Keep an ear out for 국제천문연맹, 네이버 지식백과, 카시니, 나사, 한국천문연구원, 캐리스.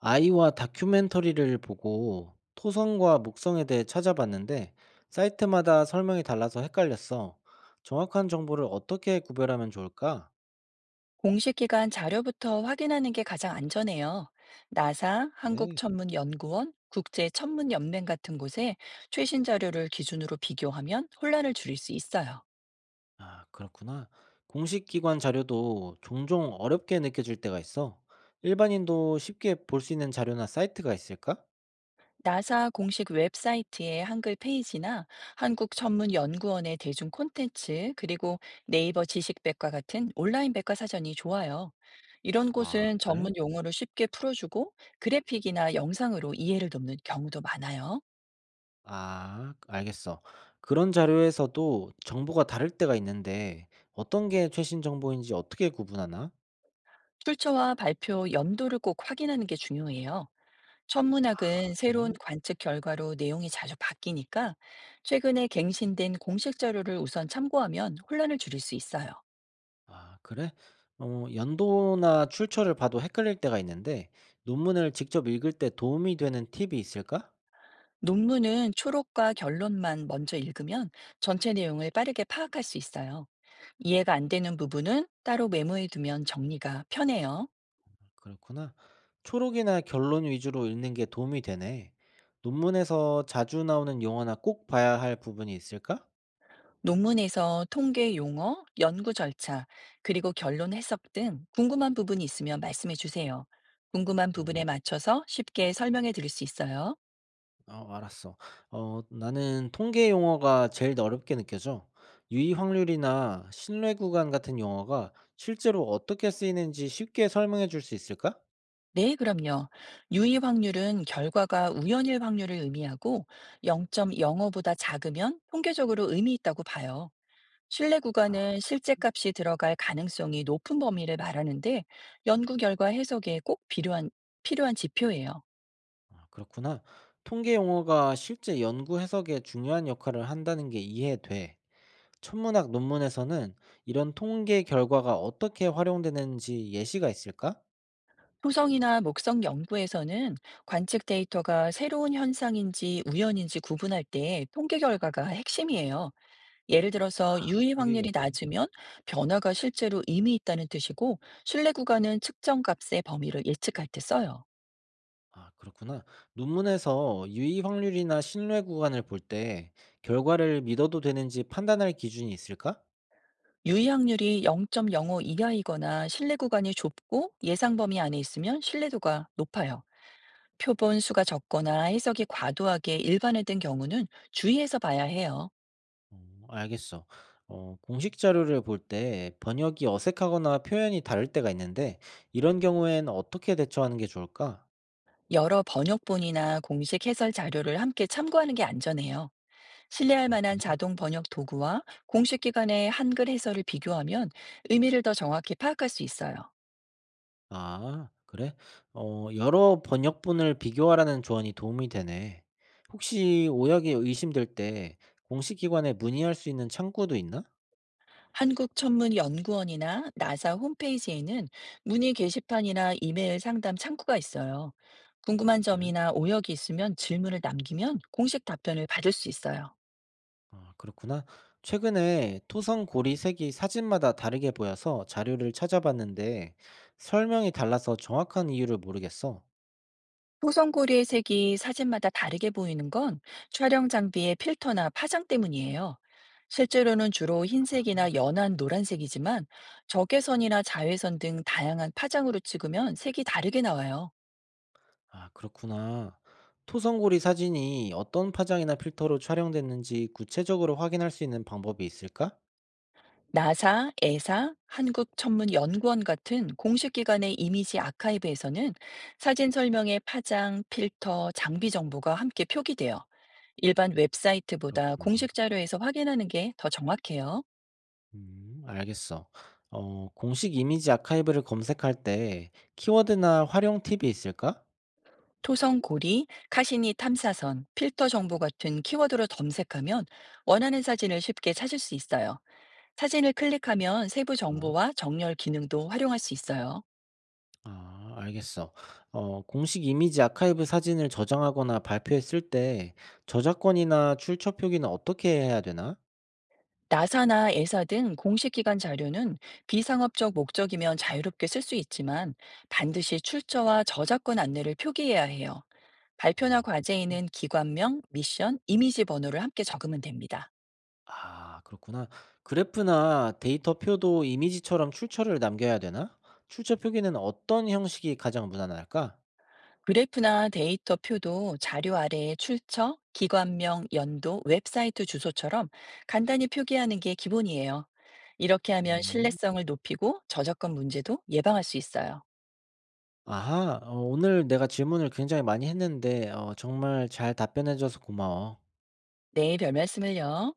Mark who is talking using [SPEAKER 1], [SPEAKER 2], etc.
[SPEAKER 1] 아이와 다큐멘터리를 보고 토성과 목성에 대해 찾아봤는데 사이트마다 설명이 달라서 헷갈렸어. 정확한 정보를 어떻게 구별하면 좋을까?
[SPEAKER 2] 공식 기관 자료부터 확인하는 게 가장 안전해요. 나사,
[SPEAKER 1] 그래?
[SPEAKER 2] 한국천문연구원, 국제천문연맹 같은 곳에 최신 자료를 기준으로 비교하면 혼란을 줄일 수 있어요.
[SPEAKER 1] 아, 그렇구나. 공식 기관 자료도 종종 어렵게 느껴질 때가 있어. 일반인도 쉽게 볼 수 있는 자료나 사이트가 있을까?
[SPEAKER 2] 나사 공식 웹사이트의 한글 페이지나 한국천문연구원의 대중 콘텐츠, 그리고 네이버 지식백과 같은 온라인 백과 사전이 좋아요. 이런
[SPEAKER 1] 아,
[SPEAKER 2] 곳은
[SPEAKER 1] 그래?
[SPEAKER 2] 전문 용어를 쉽게 풀어주고 그래픽이나 영상으로 이해를 돕는 경우도 많아요.
[SPEAKER 1] 아, 알겠어. 그런 자료에서도 정보가 다를 때가 있는데 어떤 게 최신 정보인지 어떻게 구분하나?
[SPEAKER 2] 출처와 발표 연도를 꼭 확인하는 게 중요해요. 천문학은
[SPEAKER 1] 그래?
[SPEAKER 2] 새로운 관측 결과로 내용이 자주 바뀌니까 최근에 갱신된 공식 자료를 우선 참고하면 혼란을 줄일 수 있어요.
[SPEAKER 1] 아 그래? 어 연도나 출처를 봐도 헷갈릴 때가 있는데 논문을 직접 읽을 때 도움이 되는 팁이 있을까?
[SPEAKER 2] 논문은 초록과 결론만 먼저 읽으면 전체 내용을 빠르게 파악할 수 있어요. 이해가 안 되는 부분은 따로 메모해 두면 정리가 편해요.
[SPEAKER 1] 그렇구나. 초록이나 결론 위주로 읽는 게 도움이 되네. 논문에서 자주 나오는 용어나 꼭 봐야 할 부분이 있을까?
[SPEAKER 2] 논문에서 통계 용어, 연구 절차, 그리고 결론 해석 등 궁금한 부분이 있으면 말씀해 주세요. 궁금한 부분에
[SPEAKER 1] 어,
[SPEAKER 2] 맞춰서 쉽게 설명해 드릴 수 있어요.
[SPEAKER 1] 어 알았어. 어 나는 통계 용어가 제일 어렵게 느껴져. 유의 확률이나 신뢰 구간 같은 용어가 실제로 어떻게 쓰이는지 쉽게 설명해 줄 수 있을까?
[SPEAKER 2] 네, 그럼요. 유의 확률은 결과가 우연일 확률을 의미하고 0.05보다 작으면 통계적으로 의미 있다고 봐요. 신뢰 구간은 실제 값이 들어갈 가능성이 높은 범위를 말하는데 연구 결과 해석에 꼭 필요한 지표예요.
[SPEAKER 1] 아, 그렇구나. 통계 용어가 실제 연구 해석에 중요한 역할을 한다는 게 이해돼. 천문학 논문에서는 이런 통계 결과가 어떻게 활용되는지 예시가 있을까?
[SPEAKER 2] 토성이나 목성 연구에서는 관측 데이터가 새로운 현상인지 우연인지 구분할 때 통계 결과가 핵심이에요. 예를 들어서 유의
[SPEAKER 1] 통계
[SPEAKER 2] 확률이
[SPEAKER 1] 결과.
[SPEAKER 2] 낮으면 변화가 실제로 이미 있다는 뜻이고 신뢰 구간은 측정 값의 범위를 예측할 때 써요.
[SPEAKER 1] 아, 그렇구나. 논문에서 유의 확률이나 신뢰 구간을 볼 때 결과를 믿어도 되는지 판단할 기준이 있을까?
[SPEAKER 2] 유의 확률이 0.05 이하이거나 신뢰 구간이 좁고 예상 범위 안에 있으면 신뢰도가 높아요. 표본 수가 적거나 해석이 과도하게 일반화된 경우는 주의해서 봐야 해요.
[SPEAKER 1] 어, 알겠어. 어, 공식 자료를 볼 때 번역이 어색하거나 표현이 다를 때가 있는데 이런 경우엔 어떻게 대처하는 게 좋을까?
[SPEAKER 2] 여러 번역본이나 공식 해설 자료를 함께 참고하는 게 안전해요. 신뢰할 만한
[SPEAKER 1] 그렇구나.
[SPEAKER 2] 자동 번역 도구와 공식 기관의 한글 해설을 비교하면 의미를 더 정확히 파악할 수 있어요.
[SPEAKER 1] 아 그래? 어 여러 번역본을 비교하라는 조언이 도움이 되네. 혹시 오역이 의심될 때 공식 기관에 문의할 수 있는 창구도 있나?
[SPEAKER 2] 한국천문연구원이나 나사 홈페이지에는 문의 게시판이나 이메일 상담 창구가 있어요. 궁금한
[SPEAKER 1] 그래?
[SPEAKER 2] 점이나 오역이 있으면 질문을 남기면 공식 답변을 받을 수 있어요.
[SPEAKER 1] 아 그렇구나. 최근에 토성 고리 색이 사진마다 다르게 보여서 자료를 찾아봤는데 설명이 달라서 정확한 이유를 모르겠어.
[SPEAKER 2] 토성고리의 색이 사진마다 다르게 보이는 건 촬영 장비의 필터나 파장 때문이에요. 실제로는 주로 흰색이나 연한 노란색이지만 적외선이나 자외선 등 다양한 파장으로 찍으면 색이 다르게 나와요.
[SPEAKER 1] 아 그렇구나. 토성 고리 사진이 어떤 파장이나 필터로 촬영됐는지 구체적으로 확인할 수 있는 방법이 있을까?
[SPEAKER 2] 나사, 에사, 한국천문연구원 같은 공식 기관의 이미지 아카이브에서는 사진 설명에 파장, 필터, 장비 정보가 함께 표기돼요. 일반 웹사이트보다
[SPEAKER 1] 그렇구나.
[SPEAKER 2] 공식 자료에서 확인하는 게 더 정확해요.
[SPEAKER 1] 알겠어. 어, 공식 이미지 아카이브를 검색할 때 키워드나 활용 팁이 있을까?
[SPEAKER 2] 토성고리, 카시니 탐사선, 필터 정보 같은 키워드로 검색하면 원하는 사진을 쉽게 찾을 수 있어요. 사진을 클릭하면 세부
[SPEAKER 1] 음.
[SPEAKER 2] 정보와 정렬 기능도 활용할 수 있어요.
[SPEAKER 1] 아, 아, 알겠어. 어, 공식 이미지 아카이브 사진을 저장하거나 발표했을 때 저작권이나 출처 표기는 어떻게 해야 되나?
[SPEAKER 2] 나사나 에사 등 공식 기관 자료는 비상업적 목적이면 자유롭게 쓸 수 있지만 반드시 출처와 저작권 안내를 표기해야 해요. 발표나
[SPEAKER 1] 아, 그렇구나.
[SPEAKER 2] 과제에는 기관명, 미션, 이미지 번호를 함께 적으면 됩니다.
[SPEAKER 1] 아, 그렇구나. 그래프나 데이터 표도 이미지처럼 출처를 남겨야 되나? 출처 표기는 어떤 형식이 가장 무난할까?
[SPEAKER 2] 그래프나 데이터 표도 자료 아래에 출처, 기관명, 연도, 웹사이트 주소처럼 간단히 표기하는 게 기본이에요. 이렇게 하면
[SPEAKER 1] 음.
[SPEAKER 2] 신뢰성을 높이고 저작권 문제도 예방할 수 있어요.
[SPEAKER 1] 아하. 어 오늘 내가 질문을 굉장히 많이 했는데 어 정말 잘 답변해 줘서 고마워.
[SPEAKER 2] 네, 별 말씀을요.